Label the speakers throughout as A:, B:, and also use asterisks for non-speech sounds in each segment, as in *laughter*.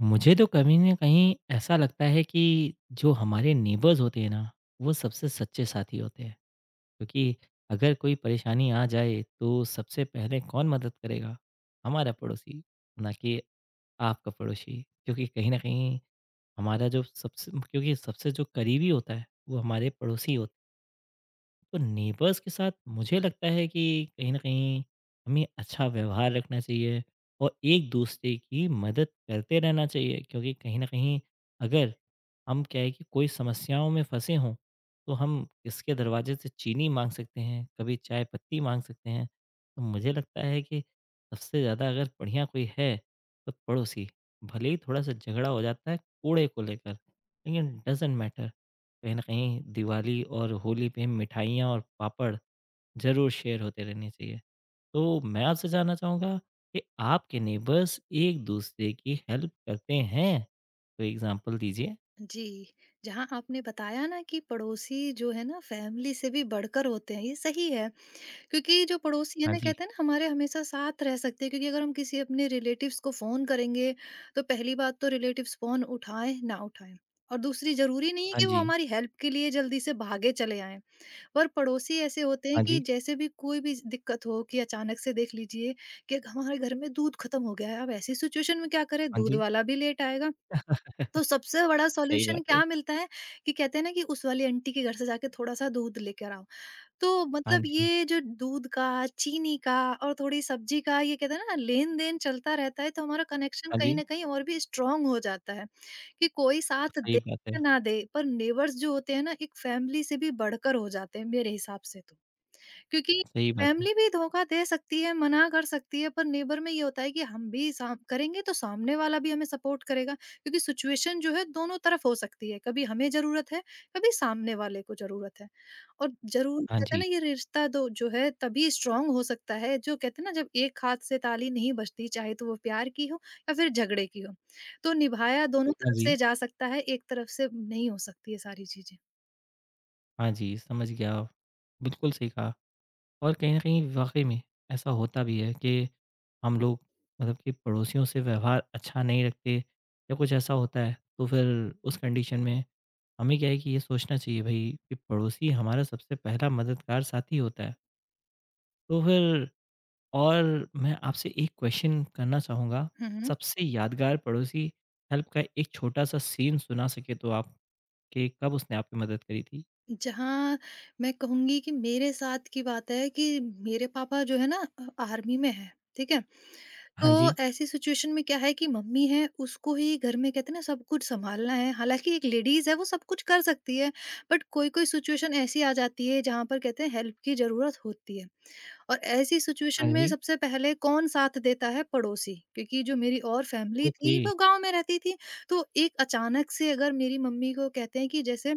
A: मुझे तो कहीं न कहीं ऐसा लगता है कि जो हमारे नेबर्स होते हैं ना, वो सबसे सच्चे साथी होते हैं। क्योंकि अगर कोई परेशानी आ जाए तो सबसे पहले कौन मदद करेगा? हमारा पड़ोसी, ना कि आपका पड़ोसी। क्योंकि कहीं न कहीं हमारा जो सबसे क्योंकि सबसे जो करीबी होता है वो हमारे पड़ोसी होते हैं। तो नेबर्स के साथ मुझे लगता है कि कहीं न कहीं हमें अच्छा व्यवहार रखना चाहिए। और एक-दूसरे की मदद करते रहना चाहिए क्योंकि कहीं न कहीं अगर हम क्या है कि कोई समस्याओं में फँसे हों, तो हम किसके दरवाजे से चीनी माँग सकते हैं, कभी चाय पत्ती माँग सकते हैं। तो मुझे लगता है कि सबसे ज़्यादा अगर बढ़िया कोई है, तो पड़ोसी। भले ही थोड़ा-सा झगड़ा हो जाता है कूड़े को लेकर, लेकिन डज़न्ट मैटर। कहीं न कहीं दिवाली और होली पे मिठाइयाँ और पापड़ ज़रूर शेयर होते रहने चाहिए। तो मैं आपसे जानना चाहूँगा कि आपके नेबर्स एक-दूसरे की हेल्प करते हैं? कोई एग्ज़ाम्पल दीजिए?
B: जी, जहाँ आपने बताया ना कि पड़ोसी जो है ना फैमिली से भी बढ़कर होते हैं, ये सही है। क्योंकि जो पड़ोसी है
A: हाँ
B: ना
A: जी।
B: कहते हैं ना हमारे हमेशा साथ रह सकते हैं, क्योंकि अगर हम किसी अपने रिलेटिव्स को फ़ोन करेंगे, तो पहली बात तो रिलेटिव्स फ़ोन उठाएँ, ना उठाएँ और दूसरी ज़रूरी नहीं है
A: हाँ
B: कि वो
A: जी।
B: हमारी हेल्प के लिए जल्दी से भागे चले आएँ। पर पड़ोसी ऐसे होते हैं
A: हाँ
B: कि
A: जी।
B: जैसे भी कोई भी दिक्कत हो, कि अचानक से देख लीजिए कि हमारे घर में दूध खत्म हो गया है, अब ऐसी सिचुएशन में क्या करें,
A: हाँ
B: दूध
A: जी।
B: वाला भी लेट आएगा, तो
A: *laughs*
B: सबसे बड़ा
A: सही
B: सॉल्यूशन
A: बात है।
B: क्या मिलता है कि कहते हैं ना कि उस वाली आंटी के घर से जाके थोड़ा सा दूध लेकर आओ। तो
A: हाँ
B: मतलब
A: जी।
B: ये जो दूध का, चीनी का और थोड़ी सब्जी का ये कहते हैं ना लेन-देन चलता रहता है, तो हमारा कनेक्शन
A: हाँ
B: कहीं
A: जी।
B: न कहीं और भी स्ट्रॉन्ग हो जाता है कि कोई साथ
A: सही
B: दे
A: बात है।
B: या ना दे, पर नेबर्स जो होते हैं ना एक फैमिली से भी बढ़कर हो जाते हैं मेरे हिसाब से तो। क्योंकि
A: सही बात है।
B: फैमिली भी धोखा दे सकती है, मना कर सकती है, पर नेबर में ये होता है कि हम भी साम करेंगे तो सामने वाला भी हमें सपोर्ट करेगा, क्योंकि सिचुएशन जो है दोनों तरफ हो सकती है, कभी हमें ज़रूरत है, कभी सामने वाले को ज़रूरत है। और ज़रूर
A: हाँ
B: कहते हैं
A: जी।
B: ना ये रिश्ता दो जो है तभी स्ट्रॉन्ग हो सकता है, जो कहते हैं ना जब एक हाथ से ताली नहीं बजती, चाहे तो वो प्यार की हो या फिर झगड़े की हो। तो निभाया दोनों
A: हाँ
B: तरफ
A: जी।
B: से जा सकता है, एक तरफ से नहीं हो सकती ये सारी चीज़ें।
A: हाँ जी, समझ गया। बिल्कुल सही कहा और कहीं न कहीं वाक़ई में ऐसा होता भी है कि हम लोग मतलब कि पड़ोसियों से व्यवहार अच्छा नहीं रखते या कुछ ऐसा होता है, तो फिर उस कंडीशन में हमें क्या है कि ये सोचना चाहिए भाई कि पड़ोसी हमारा सबसे पहला मददगार साथी होता है। तो फिर और मैं आपसे एक क्वेश्चन करना चाहूँगा,
B: हुँ, हुँ।
A: सबसे यादगार पड़ोसी हेल्प का एक छोटा-सा सीन सुना सके तो आप कि कब उसने आपकी मदद करी थी?
B: जहाँ मैं कहूँगी कि मेरे साथ की बात है कि मेरे पापा जो है ना आर्मी में है, ठीक है?
A: हाँ
B: तो
A: जी,
B: ऐसी सिचुएशन में क्या है कि मम्मी हैं उसको ही घर में कहते हैं ना सब कुछ सँभालना है, हालाँकि एक लेडीज़ है वो सब कुछ कर सकती है, बट कोई-कोई सिचुएशन ऐसी आ जाती है जहाँ पर कहते हैं हेल्प की ज़रूरत होती है। और ऐसी सिचुएशन
A: हाँ
B: में
A: जी,
B: सबसे पहले कौन साथ देता है? पड़ोसी, क्योंकि जो मेरी और फैमिली
A: ओके,
B: थी वो गाँव में रहती थी, तो एक अचानक से अगर मेरी मम्मी को कहते हैं कि जैसे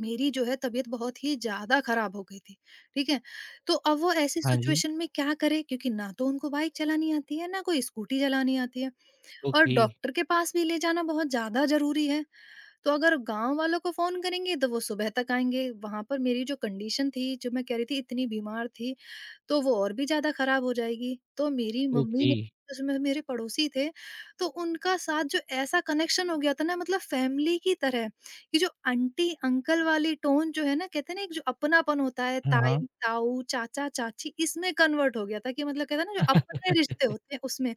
B: मेरी जो है तबीयत बहुत ही ज़्यादा ख़राब हो गई थी, ठीक है? तो अब वो ऐसी
A: हाँ जी,
B: सिचुएशन में क्या करें, क्योंकि ना तो उनको बाइक चलानी आती है, ना कोई स्कूटी चलानी आती है और
A: ओके,
B: डॉक्टर के पास भी ले जाना बहुत ज़्यादा ज़रूरी है। तो अगर गाँव वालों को फ़ोन करेंगे तो वो सुबह तक आएँगे, वहाँ पर मेरी जो कंडीशन थी, जो मैं कह रही थी इतनी बीमार थी तो वो और भी ज़्यादा खराब हो जाएगी। तो मेरी मम्मी
A: ओके,
B: ने, उसमें मेरे पड़ोसी थे, तो उनका साथ जो ऐसा कनेक्शन हो गया था ना मतलब फैमिली की तरह, कि जो आंटी-अंकल वाली टोन जो है ना कहते हैं ना एक जो अपनापन होता है
A: हाँ, हाँ,
B: ताई-ताऊ, चाचा-चाची इसमें कन्वर्ट हो गया था कि मतलब कहते हैं ना जो अपने रिश्ते होते हैं उसमें।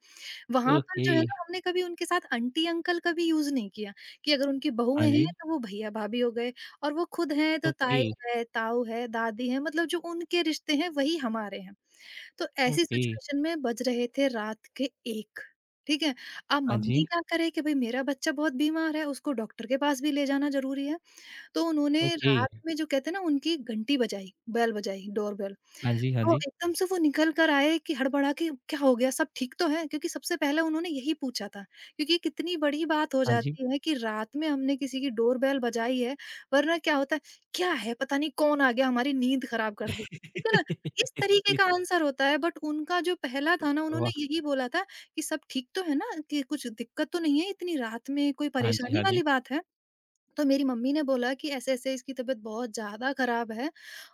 B: वहाँ पर
A: ओके,
B: जो है ना हमने कभी उनके साथ आंटी-अंकल का भी यूज़ नहीं किया, कि अगर उनकी
A: हाँ
B: बहुएँ हैं
A: जी,
B: तो वो भैया-भाभी हो गए और वो खुद हैं तो हाँ।
A: ओके,
B: ताई है, ताऊ है, दादी है, मतलब जो उनके रिश्ते हैं वही हमारे हैं। तो ऐसी
A: ओके,
B: सिचुएशन में बज रहे थे रात के 1। ठीक है? अब
A: हाँ
B: मम्मी
A: जी,
B: क्या करे कि भई मेरा बच्चा बहुत बीमार है, उसको डॉक्टर के पास भी ले जाना ज़रूरी है। तो उन्होंने
A: ओके,
B: रात में जो कहते हैं ना उनकी घंटी बजाई, बेल बजाई, डोरबेल।
A: हाँ जी, हाँ
B: तो
A: जी,
B: एकदम से वो निकल कर आए कि हड़बड़ा के, क्या हो गया, सब ठीक तो है? क्योंकि सबसे पहले उन्होंने यही पूछा था। क्योंकि कितनी बड़ी बात हो
A: हाँ जी।
B: जाती है कि रात में हमने किसी की डोरबेल बजाई है, वरना क्या होता है, क्या है पता नहीं कौन आ गया हमारी नींद खराब कर दी। ठीक है ना? इस तरीके
A: *laughs*
B: का आंसर होता है, बट उनका जो पहला था ना उन्होंने
A: वाह!
B: यही बोला था कि सब ठीक तो है ना? कि कुछ दिक्कत तो नहीं है, इतनी रात में कोई
A: हाँ जी,
B: परेशानी
A: हाँ जी।
B: वाली बात है? तो मेरी मम्मी ने बोला कि ऐसे-ऐसे इसकी तबीयत बहुत ज़्यादा खराब है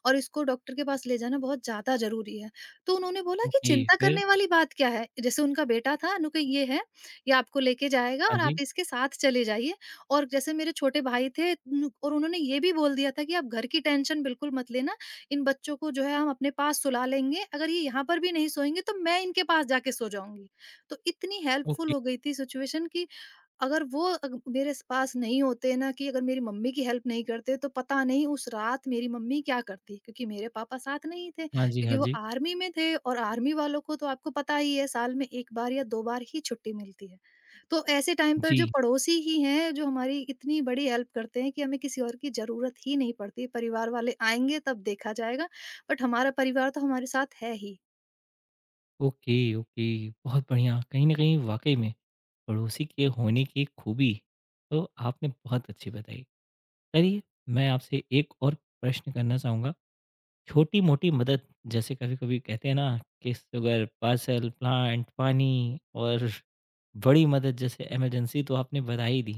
B: और इसको डॉक्टर के पास ले जाना बहुत ज़्यादा ज़रूरी है। तो उन्होंने बोला कि
A: ओके,
B: चिंता
A: फिर?
B: करने वाली बात क्या है? जैसे उनका बेटा था, उन्होंने कहा ये है, ये आपको लेके जाएगा
A: हाँ
B: और आप
A: जी,
B: इसके साथ चले जाइए, और जैसे मेरे छोटे भाई थे उन और उन्होंने ये भी बोल दिया था कि आप घर की टेंशन बिल्कुल मत लेना, इन बच्चों को जो है हम अपने पास सुला लेंगे, अगर ये यहाँ पर भी नहीं सोएँगे तो मैं इनके पास जाके सो जाऊँगी। तो इतनी हेल्पफुल
A: ओके,
B: हो गई थी सिचुएशन कि अगर वो अग मेरे स पास नहीं होते ना, कि अगर मेरी मम्मी की हेल्प नहीं करते, तो पता नहीं उस रात मेरी मम्मी क्या करती? क्योंकि मेरे पापा साथ नहीं थे,
A: हाँ जी,
B: क्योंकि
A: हाँ
B: वो
A: जी।
B: आर्मी में थे और आर्मी वालों को तो आपको पता ही है साल में 1 बार या 2 बार ही छुट्टी मिलती है। तो ऐसे टाइम पर जो
A: जी,
B: पड़ोसी ही हैं, जो हमारी इतनी बड़ी हेल्प करते हैं कि हमें किसी और की ज़रूरत ही नहीं पड़ती। परिवार वाले आएँगे तब देखा जाएगा, बट हमारा परिवार तो हमारे साथ है ही।
A: ओके, ओके, बहुत बढ़िया। कहीं न कहीं वाक़ई में पड़ोसी के होने की खूबी तो आपने बहुत अच्छी बताई। चलिए, मैं आपसे एक और प्रश्न करना चाहूँगा, छोटी-मोटी मदद जैसे कभी-कभी कहते हैं ना कि शुगर, पार्सल, प्लांट, पानी और बड़ी मदद जैसे इमरजेंसी तो आपने बता ही दी।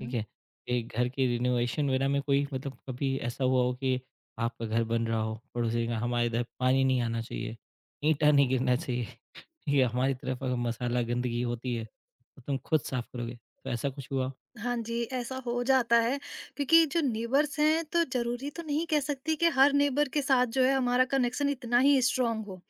A: ठीक है? ये घर की रिनोवेशन वगैरह में कोई मतलब कभी ऐसा हुआ हो कि आपका घर बन रहा हो, पड़ोसी ने कहा हमारे इधर पानी नहीं आना चाहिए, ईंटा नहीं गिरना चाहिए, *laughs* ठीक है? हमारी तरफ अगर मसाला गंदगी होती है, तो तुम खुद साफ करोगे। तो ऐसा कुछ हुआ?
B: हाँ जी, ऐसा हो जाता है क्योंकि जो नेबर्स हैं तो ज़रूरी तो नहीं कह सकती कि हर नेबर के साथ जो है हमारा कनेक्शन इतना ही स्ट्रॉन्ग हो।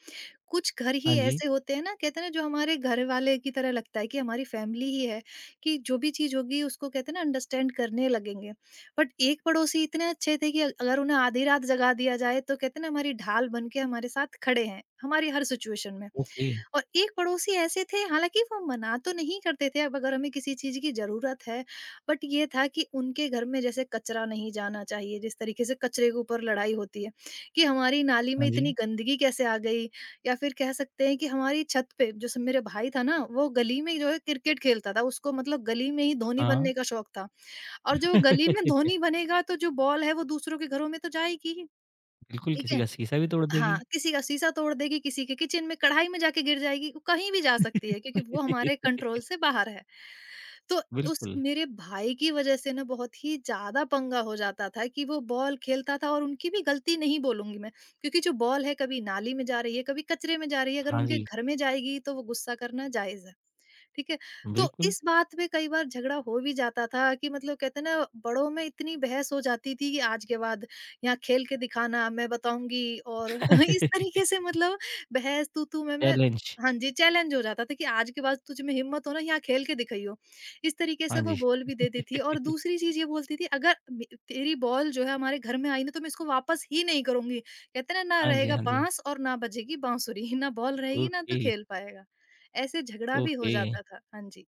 B: कुछ घर
A: हाँ
B: ही
A: जी,
B: ऐसे होते हैं ना कहते हैं ना जो हमारे घरवाले की तरह लगता है कि हमारी फैमिली ही है, कि जो भी चीज़ होगी उसको कहते हैं ना अंडरस्टैंड करने लगेंगे। बट एक पड़ोसी इतने अच्छे थे कि अगर उन्हें आधी रात जगा दिया जाए तो कहते हैं ना हमारी ढाल बन के हमारे साथ खड़े हैं, हमारी हर सिचुएशन में।
A: ओके,
B: और एक पड़ोसी ऐसे थे, हालाँकि वो मना तो नहीं करते थे अब अगर हमें किसी चीज़ की ज़रूरत है, बट ये था कि उनके घर में जैसे कचरा नहीं जाना चाहिए, जिस तरीके से कचरे के ऊपर लड़ाई होती है, कि हमारी नाली
A: हाँ
B: में
A: जी,
B: इतनी गंदगी कैसे आ गई? या फिर कह सकते हैं कि हमारी छत पे, जैसे मेरे भाई था ना, वो गली में जो है क्रिकेट खेलता था, उसको मतलब गली में ही धोनी
A: हाँ।
B: बनने का शौक था। और जो गली में
A: *laughs*
B: धोनी बनेगा तो जो बॉल है वो दूसरों के घरों में तो जाएगी ही,
A: बिल्कुल,
B: ठीक
A: किसी
B: है?
A: का शीशा भी तोड़ देगी।
B: हाँ, किसी का शीशा तोड़ देगी, किसी के किचन में, कढ़ाई में जाके गिर जाएगी, वो कहीं भी जा सकती है क्योंकि वो हमारे
A: *laughs*
B: कंट्रोल से बाहर है। तो उस
A: बिल्कुल,
B: मेरे भाई की वज़ह से ना बहुत ही ज़्यादा पंगा हो जाता था कि वो बॉल खेलता था, और उनकी भी गलती नहीं बोलूँगी मैं, क्योंकि जो बॉल है कभी नाली में जा रही है, कभी कचरे में जा रही है, अगर
A: हाँ
B: उनके
A: जी,
B: घर में जाएगी तो वो गुस्सा करना जायज़ है। ठीक है? तो
A: बिल्कुल।
B: इस बात में कई बार झगड़ा हो भी जाता था कि मतलब कहते हैं ना बड़ों में इतनी बहस हो जाती थी कि आज के बाद यहाँ खेल के दिखाना, मैं बताऊंगी। और *laughs* इस तरीके
A: *laughs*
B: से, मतलब बहस, तू तू मैं मैं।
A: चैलेंज,
B: हाँ जी, चैलेंज हो जाता था कि आज के बाद तुझ में हिम्मत हो ना यहाँ खेल के दिखाइयो। इस तरीके
A: हाँ
B: से वो
A: जी।
B: बॉल भी देती थी, और
A: *laughs*
B: दूसरी चीज ये बोलती थी, अगर तेरी बॉल जो है हमारे घर में आई ना तो मैं इसको वापस ही नहीं करूंगी, कहते ना, ना
A: हाँ जी,
B: रहेगा
A: हाँ जी।
B: बांस और ना बजेगी बांसुरी। *laughs* ना बॉल रहेगी, ना तो
A: ओके,
B: खेल पाएगा। ऐसे झगड़ा भी हो
A: ओके।
B: जाता था। हाँ जी,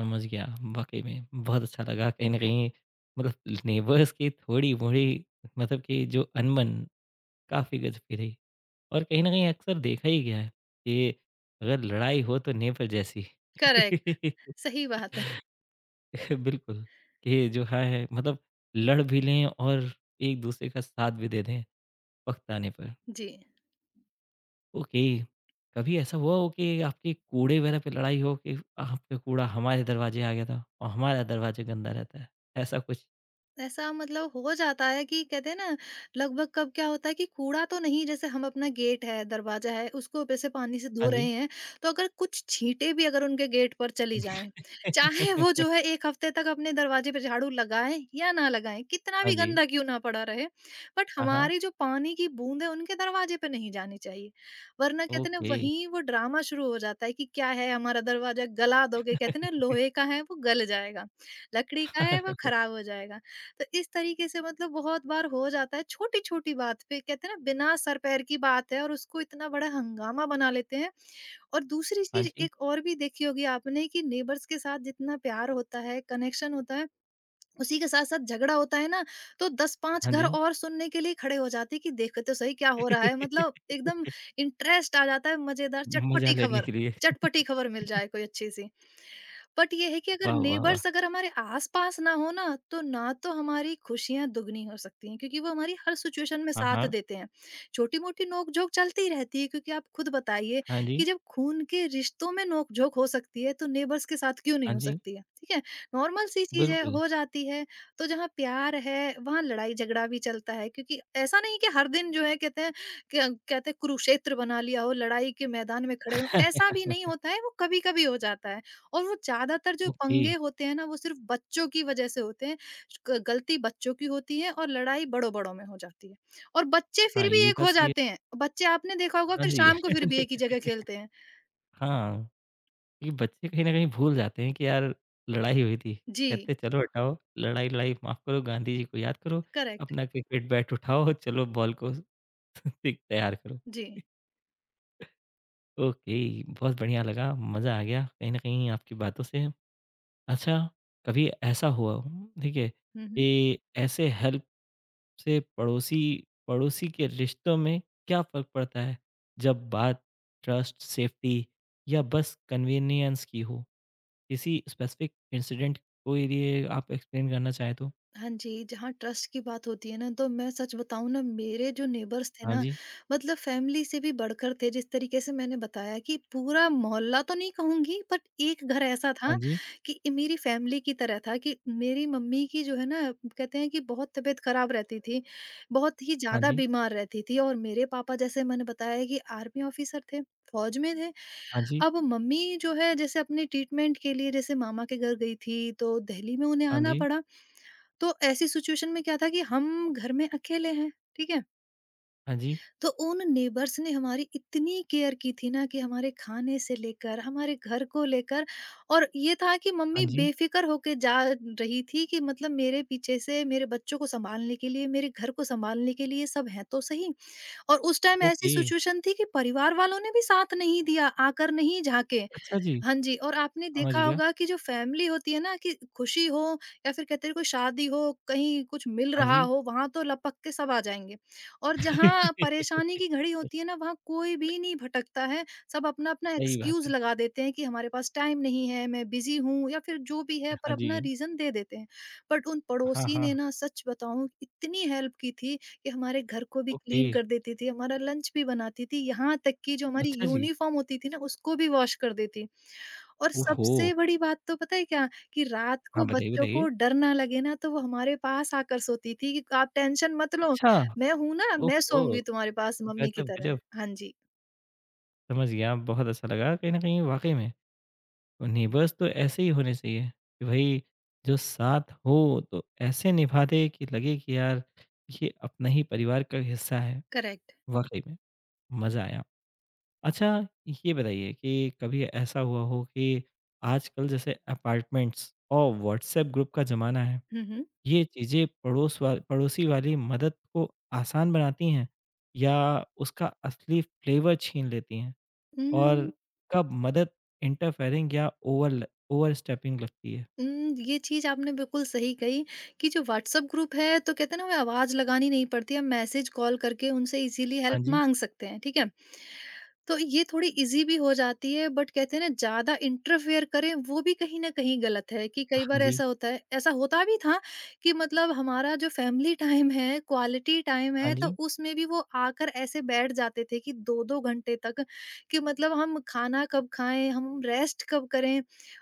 A: समझ गया। वाक़ई में बहुत अच्छा लगा कहीं न कहीं मतलब नेबर्स की थोड़ी-मोड़ी मतलब कि जो अनबन काफ़ी गज़ब की रही और कहीं न कहीं अक्सर देखा ही गया है कि अगर लड़ाई हो तो नेबर जैसी।
B: करेक्ट,
A: *laughs*
B: सही बात है।
A: बिल्कुल, ये जो है मतलब लड़ भी लें और एक-दूसरे का साथ भी दे दें वक़्त आने पर।
B: जी।
A: ओके, कभी ऐसा हुआ हो कि आपके कूड़े वग़ैरह पे लड़ाई हो कि आपका कूड़ा हमारे दरवाज़े आ गया था और हमारा दरवाज़ा गंदा रहता है, ऐसा कुछ?
B: ऐसा मतलब हो जाता है कि कहते हैं ना लगभग, कब क्या होता है कि कूड़ा तो नहीं, जैसे हम अपना गेट है दरवाजा है उसको ऊपर से पानी से धो
A: हाँ
B: रहे
A: जी।
B: हैं, तो अगर कुछ छींटे भी अगर उनके गेट पर चली जाएं, चाहे वो जो है एक हफ्ते तक अपने दरवाजे पे झाड़ू लगाएं या ना लगाएं, कितना
A: हाँ
B: भी
A: जी।
B: गंदा क्यों ना पड़ा रहे, बट
A: हाँ, हाँ।
B: हमारी जो पानी की बूंद है उनके दरवाजे पे नहीं जानी चाहिए, वरना कहते हैं ना
A: ओके।
B: वहीं वो ड्रामा शुरू हो जाता है कि क्या है हमारा दरवाजा गला दोगे, कहते हैं ना
A: *laughs*
B: लोहे का है वो गल जाएगा, लकड़ी का है वो खराब हो जाएगा। तो इस तरीके से मतलब बहुत बार हो जाता है छोटी-छोटी बात पे, कहते हैं ना बिना सर पैर की बात है, और उसको इतना बड़ा हंगामा बना लेते हैं। और दूसरी
A: हाँ
B: चीज़
A: जी,
B: एक और भी देखी होगी आपने कि नेबर्स के साथ जितना प्यार होता है, कनेक्शन होता है, उसी के साथ-साथ झगड़ा होता है ना, तो 10-5
A: हाँ
B: घर
A: जी।
B: और सुनने के लिए खड़े हो जाते हैं कि देखो तो सही क्या हो रहा है। मतलब
A: *laughs*
B: एकदम इंटरेस्ट आ जाता है, मज़ेदार
A: मज़ा लेने के लिए।
B: चटपटी खबर मिल जाए कोई अच्छी-सी। बट ये है कि अगर
A: वाह, वाह, वाह!
B: नेबर्स अगर हमारे आस-पास ना हो ना तो हमारी खुशियाँ दुगनी हो सकती हैं क्योंकि वो हमारी हर सिचुएशन में
A: हाँ,
B: साथ
A: हाँ।
B: देते हैं। छोटी-मोटी नोक-झोंक चलती ही रहती है क्योंकि आप खुद बताइए
A: हाँ जी,
B: कि जब खून के रिश्तों में नोक-झोंक हो सकती है, तो नेबर्स के साथ क्यों नहीं
A: हाँ
B: हो
A: जी।
B: सकती है, ठीक है? नॉर्मल सी चीज़ें
A: बिल्कुल।
B: हो जाती है, तो जहाँ प्यार है, वहाँ लड़ाई-झगड़ा भी चलता है क्योंकि ऐसा नहीं कि हर दिन जो है कहते हैं क्या कहते हैं कुरुक्षेत्र बना लिया हो, लड़ाई के मैदान में खड़े हों, ऐसा
A: *laughs*
B: भी नहीं होता है, वो कभी-कभी हो जाता है। और वो ज़्यादातर जो
A: ओके।
B: पंगे होते हैं ना, वो सिर्फ़ बच्चों की वज़ह से होते हैं। ग गलती बच्चों की होती है और लड़ाई बड़ों-बड़ों में हो जाती है। और बच्चे
A: हाँ,
B: फिर
A: ये
B: भी
A: भी
B: एक
A: बात
B: हो
A: सही है।
B: जाते हैं, बच्चे आपने देखा होगा
A: हाँ
B: फिर
A: जी।
B: शाम को फिर भी एक ही जगह
A: *laughs*
B: खेलते हैं।
A: हाँ, ये बच्चे कहीं न कहीं भूल जाते हैं कि यार लड़ाई हुई थी। कहते
B: जी।
A: हैं चलो हटाओ, लड़ाई-लड़ाई माफ़ करो, गांधी जी को याद करो,
B: करेक्ट।
A: अपना क्रिकेट बैट उठाओ, चलो बॉल को *laughs* तैयार करो।
B: जी।
A: ओके बहुत बढ़िया लगा मज़ा आ गया कहीं न कहीं आपकी बातों से। अच्छा कभी ऐसा हुआ हो ठीक है
B: हुँ, हुँ।
A: कि ऐसे हेल्प से पड़ोसी पड़ोसी के रिश्तों में क्या फ़र्क पड़ता है? जब बात ट्रस्ट, सेफ्टी या बस कन्वीनियंस की हो? किसी स्पेसिफ़िक इंसिडेंट को लिए आप एक्सप्लेन करना चाहें तो?
B: हाँ जी, जहाँ ट्रस्ट की बात होती है ना, तो मैं सच बताऊँ ना, मेरे जो नेबर्स थे
A: हाँ
B: ना,
A: जी,
B: मतलब फैमिली से भी बढ़कर थे। जिस तरीके से मैंने बताया कि पूरा मोहल्ला तो नहीं कहूँगी, बट एक घर ऐसा था
A: हाँ जी,
B: कि ये मेरी फैमिली की तरह था कि मेरी मम्मी की जो है ना, कहते हैं कि बहुत तबीयत खराब रहती थी, बहुत ही
A: हाँ
B: ज़्यादा
A: जी,
B: बीमार रहती थी और मेरे पापा, जैसे मैंने बताया कि आर्मी ऑफिसर थे, फौज में थे।
A: हाँ जी,
B: अब मम्मी जो है जैसे अपने ट्रीटमेंट के लिए जैसे मामा के घर गई थी तो दिल्ली में उन्हें
A: हाँ
B: आना
A: जी,
B: पड़ा। तो ऐसी सिचुएशन में क्या था कि हम घर में अकेले हैं, ठीक है?
A: हाँ जी,
B: तो उन नेबर्स ने हमारी इतनी केयर की थी ना कि हमारे खाने से लेकर, हमारे घर को लेकर और ये था कि मम्मी
A: हाँ जी।
B: बेफ़िक्र होके जा रही थी कि मतलब मेरे पीछे से मेरे बच्चों को सँभालने के लिए, मेरे घर को सँभालने के लिए सब हैं तो सही और उस टाइम ऐसी
A: ओके,
B: सिचुएशन थी कि परिवार वालों ने भी साथ नहीं दिया, आकर नहीं झाँके।
A: अच्छा जी,
B: हाँ जी, और आपने
A: समझ
B: देखा
A: गया।
B: होगा कि जो फैमिली होती है ना कि खुशी हो या फिर कहते हैं कोई शादी हो, कहीं कुछ मिल
A: हाँ
B: रहा
A: जी।
B: हो, वहाँ तो लपक के सब आ जाएँगे। और जहाँ
A: *laughs*
B: परेशानी की घड़ी होती है ना, वहाँ कोई भी नहीं भटकता है। सब अपना-अपना
A: सही बात
B: एक्सक्यूज़
A: है।
B: लगा देते हैं कि हमारे पास टाइम नहीं है, मैं बिज़ी हूँ या फिर जो भी है
A: हाँ
B: पर अपना
A: जी।
B: रीज़न दे देते हैं। बट उन
A: हाँ,
B: पड़ोसी ने
A: हाँ।
B: ना सच बताऊँ इतनी हेल्प की थी कि हमारे घर को भी
A: ओके।
B: क्लीन कर देती थी, हमारा लंच भी बनाती थी, यहाँ तक कि जो हमारी
A: अच्छा जी।
B: यूनिफ़ॉर्म होती थी ना उसको भी वॉश कर देती। और
A: ओहो!
B: सबसे बड़ी बात तो पता है क्या कि रात
A: हाँ,
B: को
A: बताइए,
B: बच्चों
A: बताइए।
B: को डर ना लगे ना तो वो हमारे पास आकर सोती थी कि आप टेंशन मत लो,
A: अच्छा!
B: मैं हूं ना, मैं
A: ओहो!
B: सोऊंगी तुम्हारे पास मम्मी की
A: गज़ब,
B: तरह।
A: गज़ब।
B: हाँ जी।
A: समझ गया, बहुत अच्छा लगा कहीं न कहीं वाक़ई में। और नेबर्स तो ऐसे ही होने चाहिए कि भई जो साथ हो तो ऐसे निभा दे कि लगे कि यार ये अपना ही परिवार का हिस्सा है।
B: करेक्ट।
A: वाक़ई में मज़ा आया। अच्छा ये बताइए कि कभी ऐसा हुआ हो कि आजकल जैसे अपार्टमेंट्स और व्हाट्सऐप ग्रुप का ज़माना है।
B: हम्म।
A: ये चीज़ें पड़ोसी वाली मदद को आसान बनाती हैं या उसका असली फ्लेवर छीन लेती हैं? और
B: हम्म
A: कब मदद इंटरफेयरिंग या ओवरल ओवरस्टेपिंग लगती है?
B: ये चीज आपने बिल्कुल सही कही कि जो व्हाट्सएप ग्रुप है तो कहते हैं ना हमें आवाज लगानी नहीं पड़ती, हम मैसेज कॉल करके उनसे इजीली
A: हाँ
B: हेल्प
A: जी,
B: मांग सकते हैं, ठीक है? तो ये थोड़ी इजी भी हो जाती है बट कहते हैं ना ज्यादा इंटरफेयर करें वो भी कहीं ना कहीं गलत है कि कई
A: हाँ
B: बार
A: जी,
B: ऐसा होता है, ऐसा होता भी था कि मतलब हमारा जो फैमिली *laughs* टाइम है, क्वालिटी टाइम
A: हाँ
B: है, तो
A: जी,
B: उसमें भी वो आकर ऐसे बैठ जाते थे कि दो दो घंटे तक कि मतलब हम खाना कब खाएं, हम रेस्ट कब करें।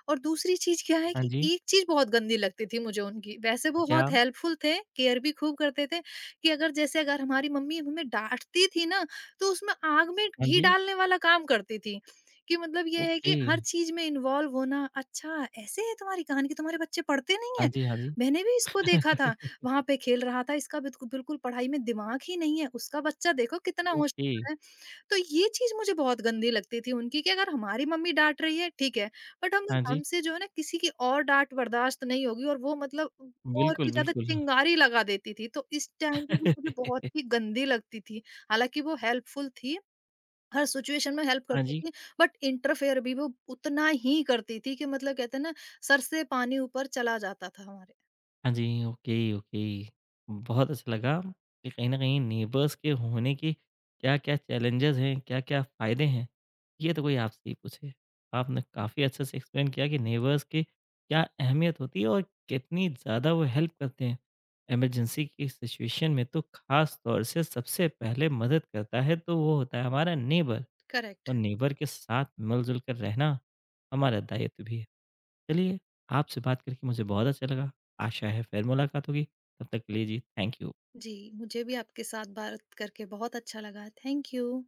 B: और दूसरी चीज क्या है
A: हाँ
B: कि
A: जी,
B: एक चीज बहुत गंदी लगती थी मुझे उनकी, वैसे वो
A: क्या?
B: बहुत हेल्पफुल थे, केयर भी खूब करते थे कि अगर जैसे अगर हमारी मम्मी हमें डांटती थी ना तो उसमें आग में
A: हाँ
B: घी
A: जी,
B: डालने वाला काम करती थी कि मतलब ये है
A: ओके,
B: कि हर चीज में इन्वॉल्व होना। अच्छा ऐसे है तुम्हारी कहानी कि तुम्हारे बच्चे पढ़ते नहीं
A: हाँ
B: है,
A: जी, हाँ जी।
B: मैंने भी इसको देखा था,
A: *laughs*
B: वहां पे खेल रहा था, इसका बिल्कुल बिल्कुल पढ़ाई में दिमाग ही नहीं है, उसका बच्चा देखो कितना
A: ओके,
B: होशियार है। तो ये चीज़ मुझे बहुत गंदी लगती थी उनकी कि अगर हमारी मम्मी डाँट रही है, ठीक है, बट हम
A: हाँ जी,
B: हमसे जो है ना किसी की और डाँट बर्दाश्त नहीं होगी और वो मतलब और
A: बिल्कुल,
B: भी ज़्यादा
A: बिल्कुल।
B: चिंगारी लगा देती थी, तो इस टाइम पे वो मुझे बहुत
A: *laughs*
B: ही गंदी लगती थी। हालाँकि वो हेल्पफुल थी, हर सिचुएशन में हेल्प
A: हाँ
B: करती
A: जी।
B: थी, बट इंटरफेयर भी वो उतना ही करती थी कि मतलब कहते हैं ना सर से पानी ऊपर चला जाता था हमारे।
A: हाँ जी, ओके, ओके। बहुत अच्छा लगा कि कहीं न कहीं नेबर्स के होने की क्या-क्या चैलेंजेज़ हैं, क्या-क्या फ़ायदे हैं, ये तो कोई आपसे ही पूछे। आपने काफ़ी अच्छे से एक्सप्लेन किया कि नेबर्स की क्या अहमियत होती है और कितनी ज़्यादा वो हेल्प करते हैं। इमरजेंसी की सिचुएशन में तो ख़ास तौर से सबसे पहले मदद करता है, तो वो होता है हमारा नेबर।
B: करेक्ट।
A: और नेबर के साथ मिलजुल कर रहना हमारा दायित्व भी है। चलिए आपसे बात करके मुझे बहुत अच्छा लगा। आशा है फिर मुलाकात होगी। तब तक के लिए जी थैंक यू।
B: जी, मुझे भी आपके साथ बात करके बहुत अच्छा लगा। Thank you.